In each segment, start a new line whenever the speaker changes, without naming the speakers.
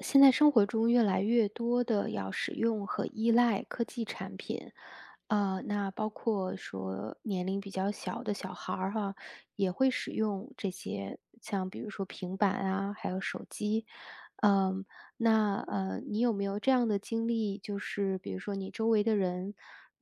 现在生活中越来越多的要使用和依赖科技产品，那包括说年龄比较小的小孩儿哈，也会使用这些，像比如说平板啊，还有手机，嗯，那你有没有这样的经历？就是比如说你周围的人，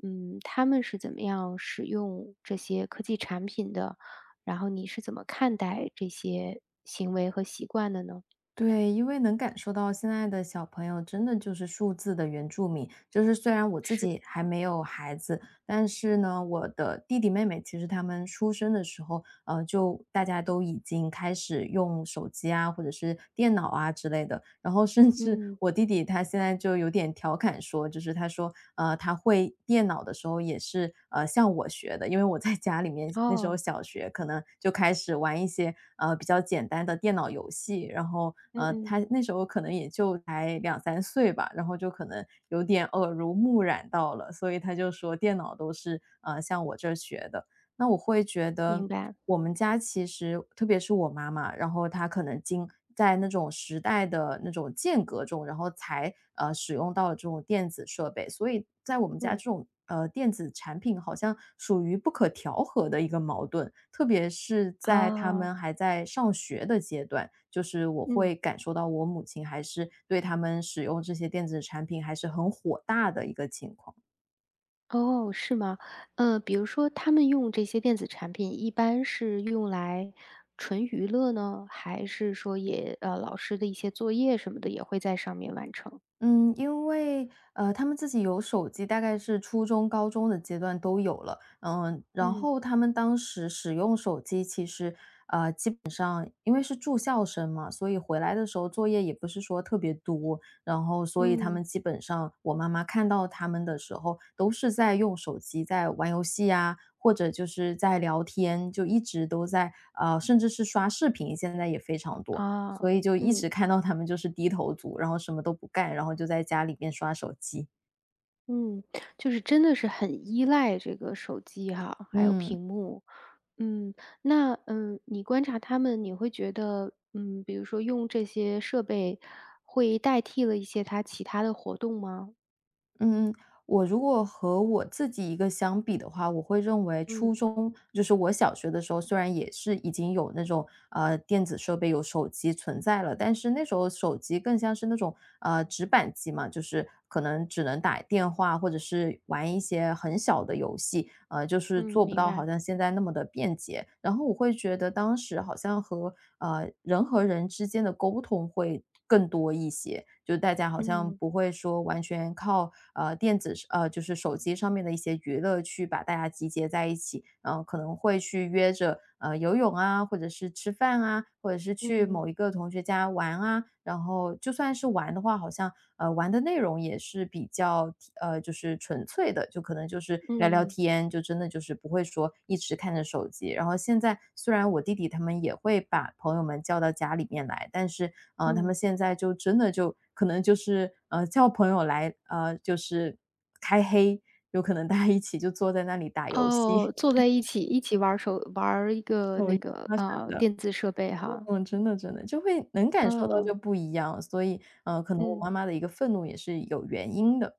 他们是怎么样使用这些科技产品的？然后你是怎么看待这些行为和习惯的呢？
对，因为能感受到现在的小朋友真的就是数字的原住民。就是虽然我自
是，
己还没有孩子，但是呢，我的弟弟妹妹其实他们出生的时候，就大家都已经开始用手机啊，或者是电脑啊之类的。然后甚至
嗯。
我弟弟他现在就有点调侃说，就是他说，他会电脑的时候也是，向我学的，因为我在家里面那时候
哦，
小学可能就开始玩一些比较简单的电脑游戏，然后
嗯嗯，
他那时候可能也就才两三岁吧，然后就可能有点耳濡目染到了，所以他就说电脑都是向我这儿学的。那我会觉得
明白，
我们家其实特别是我妈妈，然后她可能经在那种时代的那种间隔中，然后才，使用到了这种电子设备，所以在我们家
嗯，
这种，电子产品好像属于不可调和的一个矛盾。特别是在他
啊，
们还在上学的阶段，就是我
嗯，
会感受到我母亲还是对他们使用这些电子产品还是很火大的一个情况。
哦，是吗？比如说他们用这些电子产品，一般是用来纯娱乐呢，还是说也老师的一些作业什么的也会在上面完成？
嗯，因为，他们自己有手机，大概是初中、高中的阶段都有了。嗯，然
嗯
后他们当时使用手机，其实，呃，因为是住校生嘛，所以回来的时候作业也不是说特别多，然后所以他
嗯
们基本上我妈妈看到他们的时候，都是在用手机在玩游戏啊，或者就是在聊天，就一直都在甚至是刷视频，现在也非常多，
啊，
所以就一
嗯
直看到他们就是低头族，然后什么都不干，然后就在家里面刷手机。
嗯，就是真的是很依赖这个手机哈，还有
嗯。
屏幕。嗯，那你观察他们，你会觉得，比如说用这些设备会代替了一些他其他的活动吗？
嗯，我如果和我自己一个相比的话，我会认为
嗯
初中就是我小学的时候，虽然也是已经有那种电子设备有手机存在了，但是那时候手机更像是那种直板机嘛，就是可能只能打电话或者是玩一些很小的游戏，就是
嗯，
做不
明
到好
白，
像现在那么的便捷。然后我会觉得当时好像和人和人之间的沟通会，更多一些，就大家好像
嗯
不会说完全靠电子就是手机上面的一些娱乐去把大家集结在一起，然后可能会去约着游泳啊，或者是吃饭啊，或者是去
嗯
某一个同学家玩啊，然后就算是玩的话，好像玩的内容也是比较就是纯粹的，就可能就是聊聊
嗯
天，就真的就是不会说一直看着手机。然后现在虽然我弟弟他们也会把朋友们叫到家里面来，但是他们
嗯，
现在就真的就可能就是叫朋友来就是开黑，有可能大家一起就坐在那里打游
哦，
戏、
坐 在一起玩儿一个
手
那
游
个
啊什么的。
电子设备哈，
嗯，真的真的就会能感受到
嗯
就不一样，所以可能我
嗯。
妈妈的一个愤怒也是有原因的，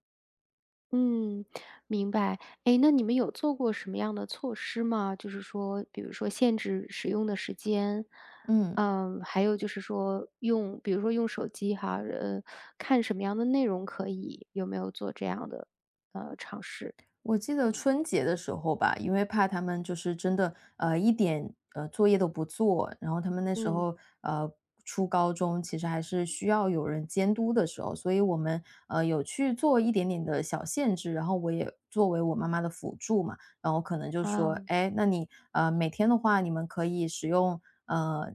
嗯，明白。哎，那你们有做过什么样的措施吗？就是说，比如说限制使用的时间，
嗯。
还有就是说用，比如说用手机哈，看什么样的内容可以，有没有做这样的尝试？
我记得春节的时候吧，因为怕他们就是真的，一点作业都不做，然后他们那时
嗯，
候呃初高中其实还是需要有人监督的时候，所以我们有去做一点点的小限制，然后我也作为我妈妈的辅助嘛，然后可能就说，
啊，
哎，那你每天的话，你们可以使用。呃，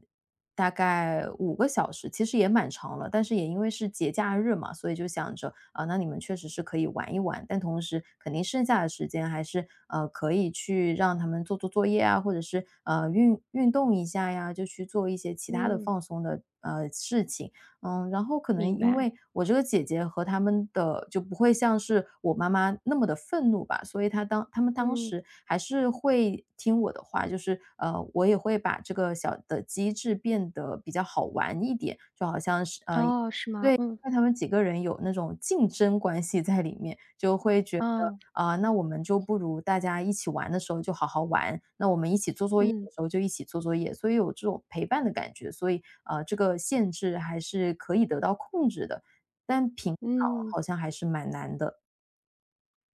大概5个小时，其实也蛮长了，但是也因为是节假日嘛，所以就想着，啊，那你们确实是可以玩一玩，但同时肯定剩下的时间还是，可以去让他们做做作业啊，或者是，运动一下呀，就去做一些其他的
嗯，
放松的，事情。然后可能
明
因
白。
为我这个姐姐和他们的就不会像是我妈妈那么的愤怒吧，所以她们当
嗯，
时还是会听我的话，就是，我也会把这个小的机制变得比较好玩一点，就好像是
哦，是
对，
吗？
因
嗯，
为他们几个人有那种竞争关系在里面，就会觉得
啊，
啊，那我们就不如大家一起玩的时候就好好玩，那我们一起做作业
嗯
的时候就一起做作业，所以有这种陪伴的感觉，所以，啊，这个限制还是可以得到控制的，但平常
嗯。
好像还是蛮难的，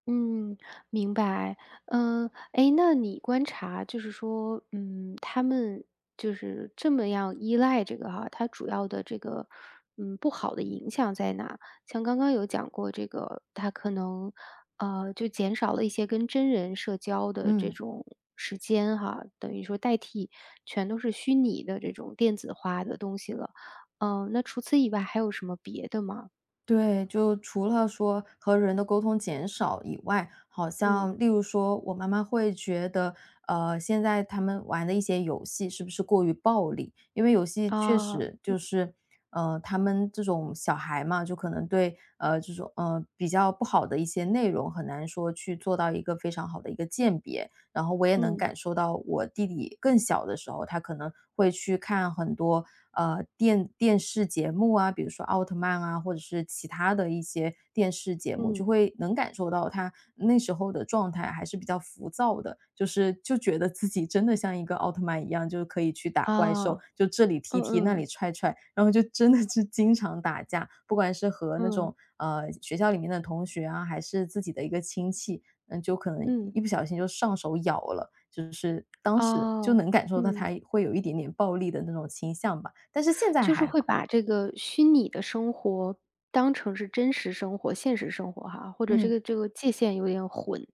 嗯，明白。嗯，哎，那你观察就是说，他们就是这么样依赖这个哈，它主要的这个，不好的影响在哪？像刚刚有讲过这个，他可能，就减少了一些跟真人社交的这
嗯。
种时间哈，等于说代替全都是虚拟的这种电子化的东西了。嗯，那除此以外还有什么别的吗？
对，就除了说和人的沟通减少以外，好
嗯，
像例如说我妈妈会觉得，现在他们玩的一些游戏是不是过于暴力？因为游戏确
啊，
实就是，他们这种小孩嘛，就可能对这种比较不好的一些内容，很难说去做到一个非常好的一个鉴别。然后我也能
嗯，
感受到我弟弟更小的时候，他可能会去看很多，电视节目啊，比如说奥特曼啊，或者是其他的一些电视节目，就
嗯，
会能感受到他那时候的状态还是比较浮躁的，就是就觉得自己真的像一个奥特曼一样，就是可以去打怪
啊。
兽，就这里踢
嗯
踢，那里
嗯，
踹踹，然后就真的是经常打架，不管是和那
嗯，
种，学校里面的同学啊，还是自己的一个亲戚，就可能
嗯，
一不小心就上手咬了，就是当时就
哦，
能感受到
嗯，
它会有一点点暴力的那种倾向吧，但是现在
就是
还
会
好，
把这个虚拟的生活当成是真实生活、现实生活哈，或者
嗯。
这个界限有点混，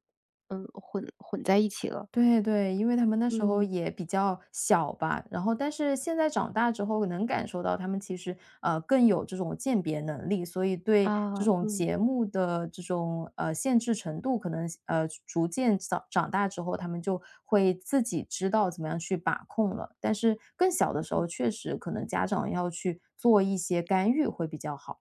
混在一起了。
对对，因为他们那时候
嗯，
也比较小吧，然后但是现在长大之后能感受到他们其实，更有这种鉴别能力，所以对
啊，
这种
嗯，
节目的这种，限制程度可能，逐渐长大之后，他们就会自己知道怎么样去把控了。但是更小的时候，确实可能家长要去做一些干预会比较好。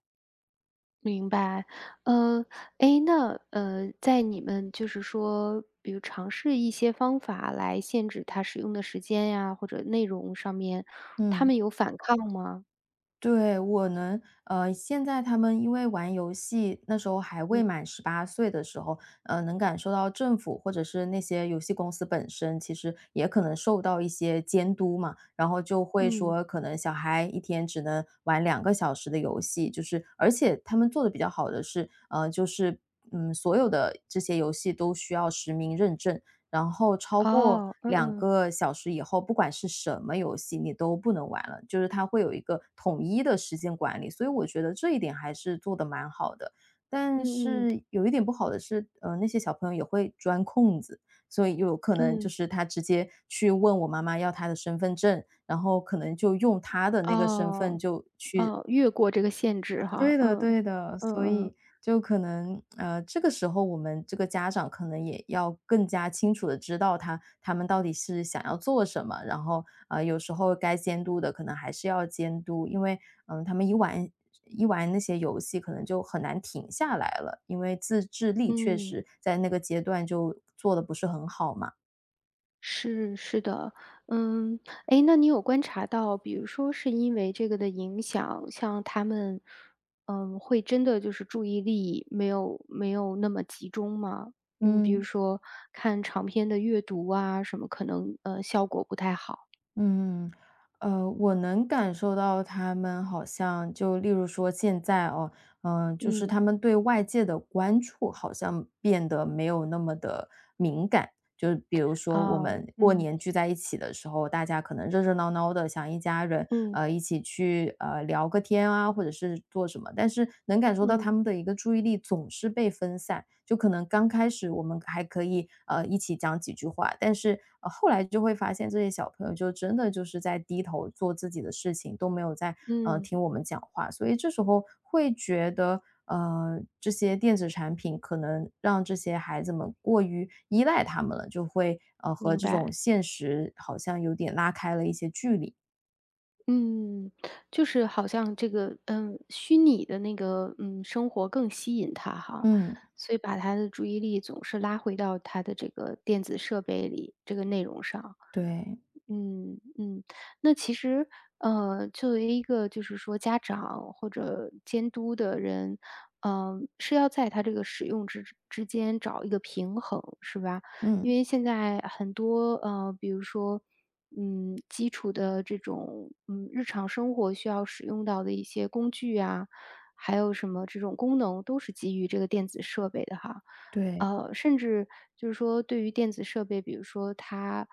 明白。呃，诶，那，在你们就是说，比如尝试一些方法来限制它使用的时间呀，或者内容上面，他
嗯。
们有反抗吗？
对，我能，现在他们因为玩游戏，那时候还
嗯，
未满18岁的时候，能感受到政府或者是那些游戏公司本身，其实也可能受到一些监督嘛，然后就会
嗯，
说，可能小孩一天只能玩两个小时的游戏，就是而且他们做的比较好的是，就是，所有的这些游戏都需要实名认证，然后超过
哦，嗯
两
嗯，
个小时以后，不管是什么游戏，你都不能玩了，就是它会有一个统一的时间管理，所以我觉得这一点还是做的蛮好的。但
嗯嗯。
是有一点不好的是，那些小朋友也会钻空子，所以有可能就
嗯，
是他直接去问我妈妈要他的身份证，然后可能就用他的那个身份
哦，
就去。
哦，越过这个限制哈，
对的
嗯，
对的，
嗯
所
嗯，
以就可能，这个时候我们这个家长可能也要更加清楚的知道他们到底是想要做什么，然后，有时候该监督的可能还是要监督，因为，他们一玩那些游戏可能就很难停下来了，因为自制力确
嗯，
实在那个阶段就做的不是很好嘛，
是是的，嗯，哎，那你有观察到，比如说是因为这个的影响，像他们，会真的就是注意力没有那么集中吗？嗯，比如
嗯。
说看长篇的阅读啊，什么可能效果不太好。
嗯，我能感受到他们好像就例如说现在就是
嗯，
他们对外界的关注好像变得没有那么的敏感。就是比如说我
啊
们过
嗯
年聚在一起的时候，大家可能热热闹闹的，想一家人
嗯
一起去聊个天啊，或者是做什么，但是能感受到他
嗯
们的一个注意力总是被分散。就可能刚开始我们还可以一起讲几句话。但是，后来就会发现这些小朋友就真的就是在低头做自己的事情，都没有在，
嗯，
听我们讲话。所以这时候会觉得，这些电子产品可能让这些孩子们过于依赖他们了，就会，和
明
这
白。
种现实好像有点拉开了一些距离。
嗯，就是好像这个，虚拟的那个，生活更吸引他哈，
嗯，
所以把他的注意力总是拉回到他的这个电子设备里，这个内容上。
对，
嗯嗯，那其实，作为一个就是说家长或者监督的人，是要在他这个使用之间找一个平衡，是吧？因
嗯，
为现在很多，比如说，基础的这种，日常生活需要使用到的一些工具啊，还有什么这种功能，都是基于这个电子设备的哈。
对，
甚至就是说，对于电子设备，比如说它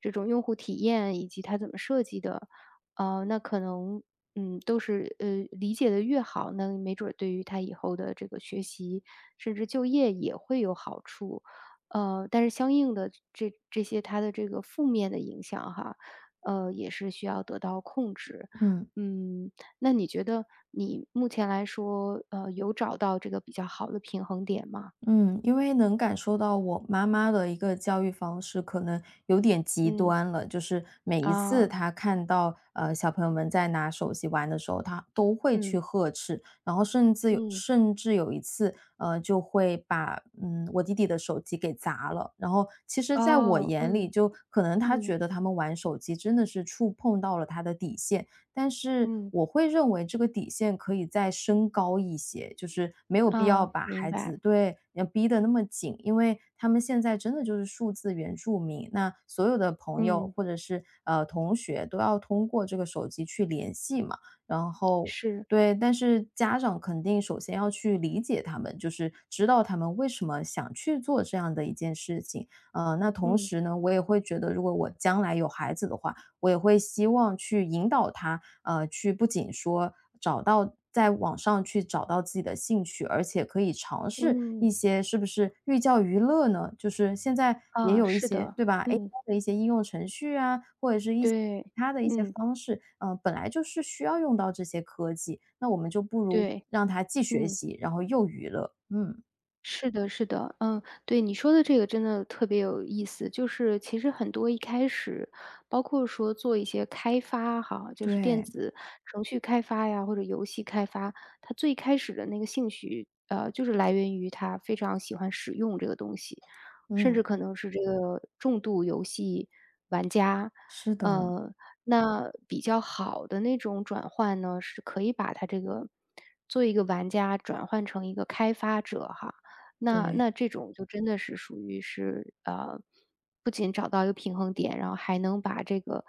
这种用户体验以及它怎么设计的，那可能都是理解的越好，那没准儿对于他以后的这个学习甚至就业也会有好处。但是相应的这些它的这个负面的影响哈，也是需要得到控制。
嗯。
嗯，那你觉得你目前来说，有找到这个比较好的平衡点吗？
嗯，因为能感受到我妈妈的一个教育方式可能有点极
嗯
端了，就是每一次
啊，
她看到小朋友们在拿手机玩的时候，她都会
嗯
去呵斥，然后甚至有
嗯
一次就会把我弟弟的手机给砸了，然后其实在我
哦，
眼里
嗯
就可能他觉
嗯
得他们玩手机真的是触碰到了他的底线，但是
嗯。
我会认为这个底线可以再升高一些，就是没有必要
啊，
把
明
孩
白，
子对，要逼得那么紧，因为他们现在真的就是数字原住民，那所有的朋友
嗯，
或者是，同学都要通过这个手机去联系嘛，然后
是，
对，但是家长肯定首先要去理解他们，就是知道他们为什么想去做这样的一件事情。那同
嗯，
时呢，我也会觉得，如果我将来有孩子的话，我也会希望去引导他，去不仅说找到在网上去找到自己的兴趣，而且可以尝试一
嗯，
些是不是寓教于乐呢？就是现在也
啊，
有一
是
些，
的，
对吧？AI
嗯，
的一些应用程序啊，或者是一些其
对，
他的一些
嗯，
方式，本来就是需要用到这些科技，那我们就不如
对，
让他既学
嗯。
习，然后又娱乐。嗯，
是的，是的，嗯，对你说的这个真的特别有意思。就是其实很多一开始，包括说做一些开发哈，就是电
对，
子程序开发呀，或者游戏开发，他最开始的那个兴趣，就是来源于他非常喜欢使用这个东西，甚至
嗯。
可能是这个重度游戏玩家。
是的，
呃，那比较好的那种转换呢，是可以把他这个做一个玩家转换成一个开发者哈。
对。
那这种就真的是属于是，不仅找到一个平衡点，然后还能把这个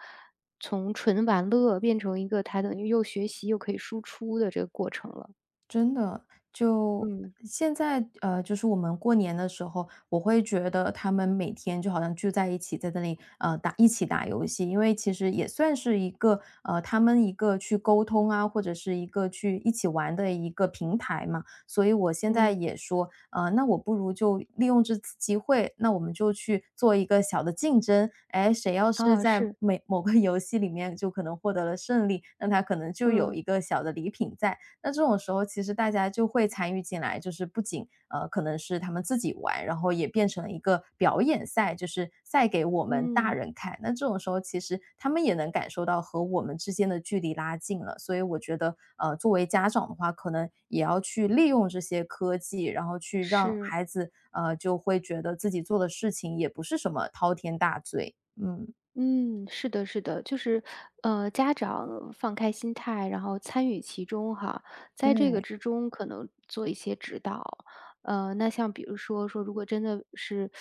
从纯玩乐变成一个它等于又学习又可以输出的这个过程了。
真的，就
嗯，嗯
现在，就是我们过年的时候，我会觉得他们每天就好像聚在一起，在那里，打一起打游戏，因为其实也算是一个，他们一个去沟通啊，或者是一个去一起玩的一个平台嘛。所以我现在
嗯。
也说，那我不如就利用这次机会，那我们就去做一个小的竞争，哎，谁要是
啊，
在
是，，
每某个游戏里面就可能获得了胜利，那他可能就有一个小的礼品在。那这种时候其实大家就会参与进来，就是不仅，可能是他们自己玩，然后也变成了一个表演赛，就是赛给我们
嗯
大
嗯，
人看。那这种时候其实他们也能感受到和我们之间的距离拉近了，所以我觉得，作为家长的话，可能也要去利用这些科技，然后去让
是。
孩子，就会觉得自己做的事情也不是什么滔天大罪。嗯。
嗯，是的，是的，就是，家长放开心态，然后参与其中哈，在这个
对。
之中可能做一些指导，那像比如说，如果真的是，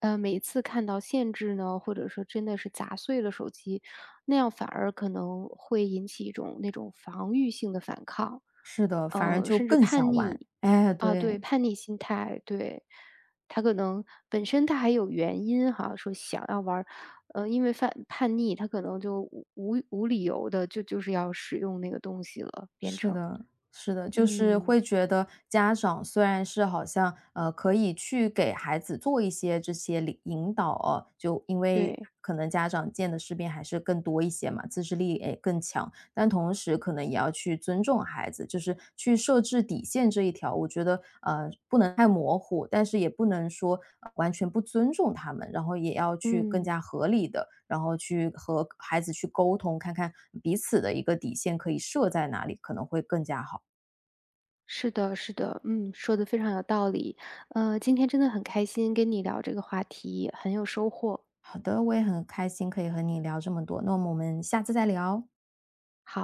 每一次看到限制呢，或者说真的是砸碎了手机，那样反而可能会引起一种那种防御性的反抗，
是的，反而就
甚至
更想
叛
玩。
逆，
哎，
啊，对，
对。
叛逆心态，对，他可能本身他还有原因哈，说想要玩。因为犯叛逆，他可能就无理由的就是要使用那个东西了，变
是
成。
的，是的，就是
嗯，
会觉得家长虽然是好像可以去给孩子做一些这些领引导哦，就因为
对，
可能家长见的世面还是更多一些嘛，自制力也更强，但同时可能也要去尊重孩子，就是去设置底线这一条，我觉得，不能太模糊，但是也不能说，完全不尊重他们，然后也要去更
嗯，
加合理的，然后去和孩子去沟通，看看彼此的一个底线可以设在哪里，可能会更加好。
是的是的，嗯，说的非常有道理。今天真的很开心跟你聊这个话题，很有收获。
好的，我也很开心可以和你聊这么多，那么我们下次再聊。
好。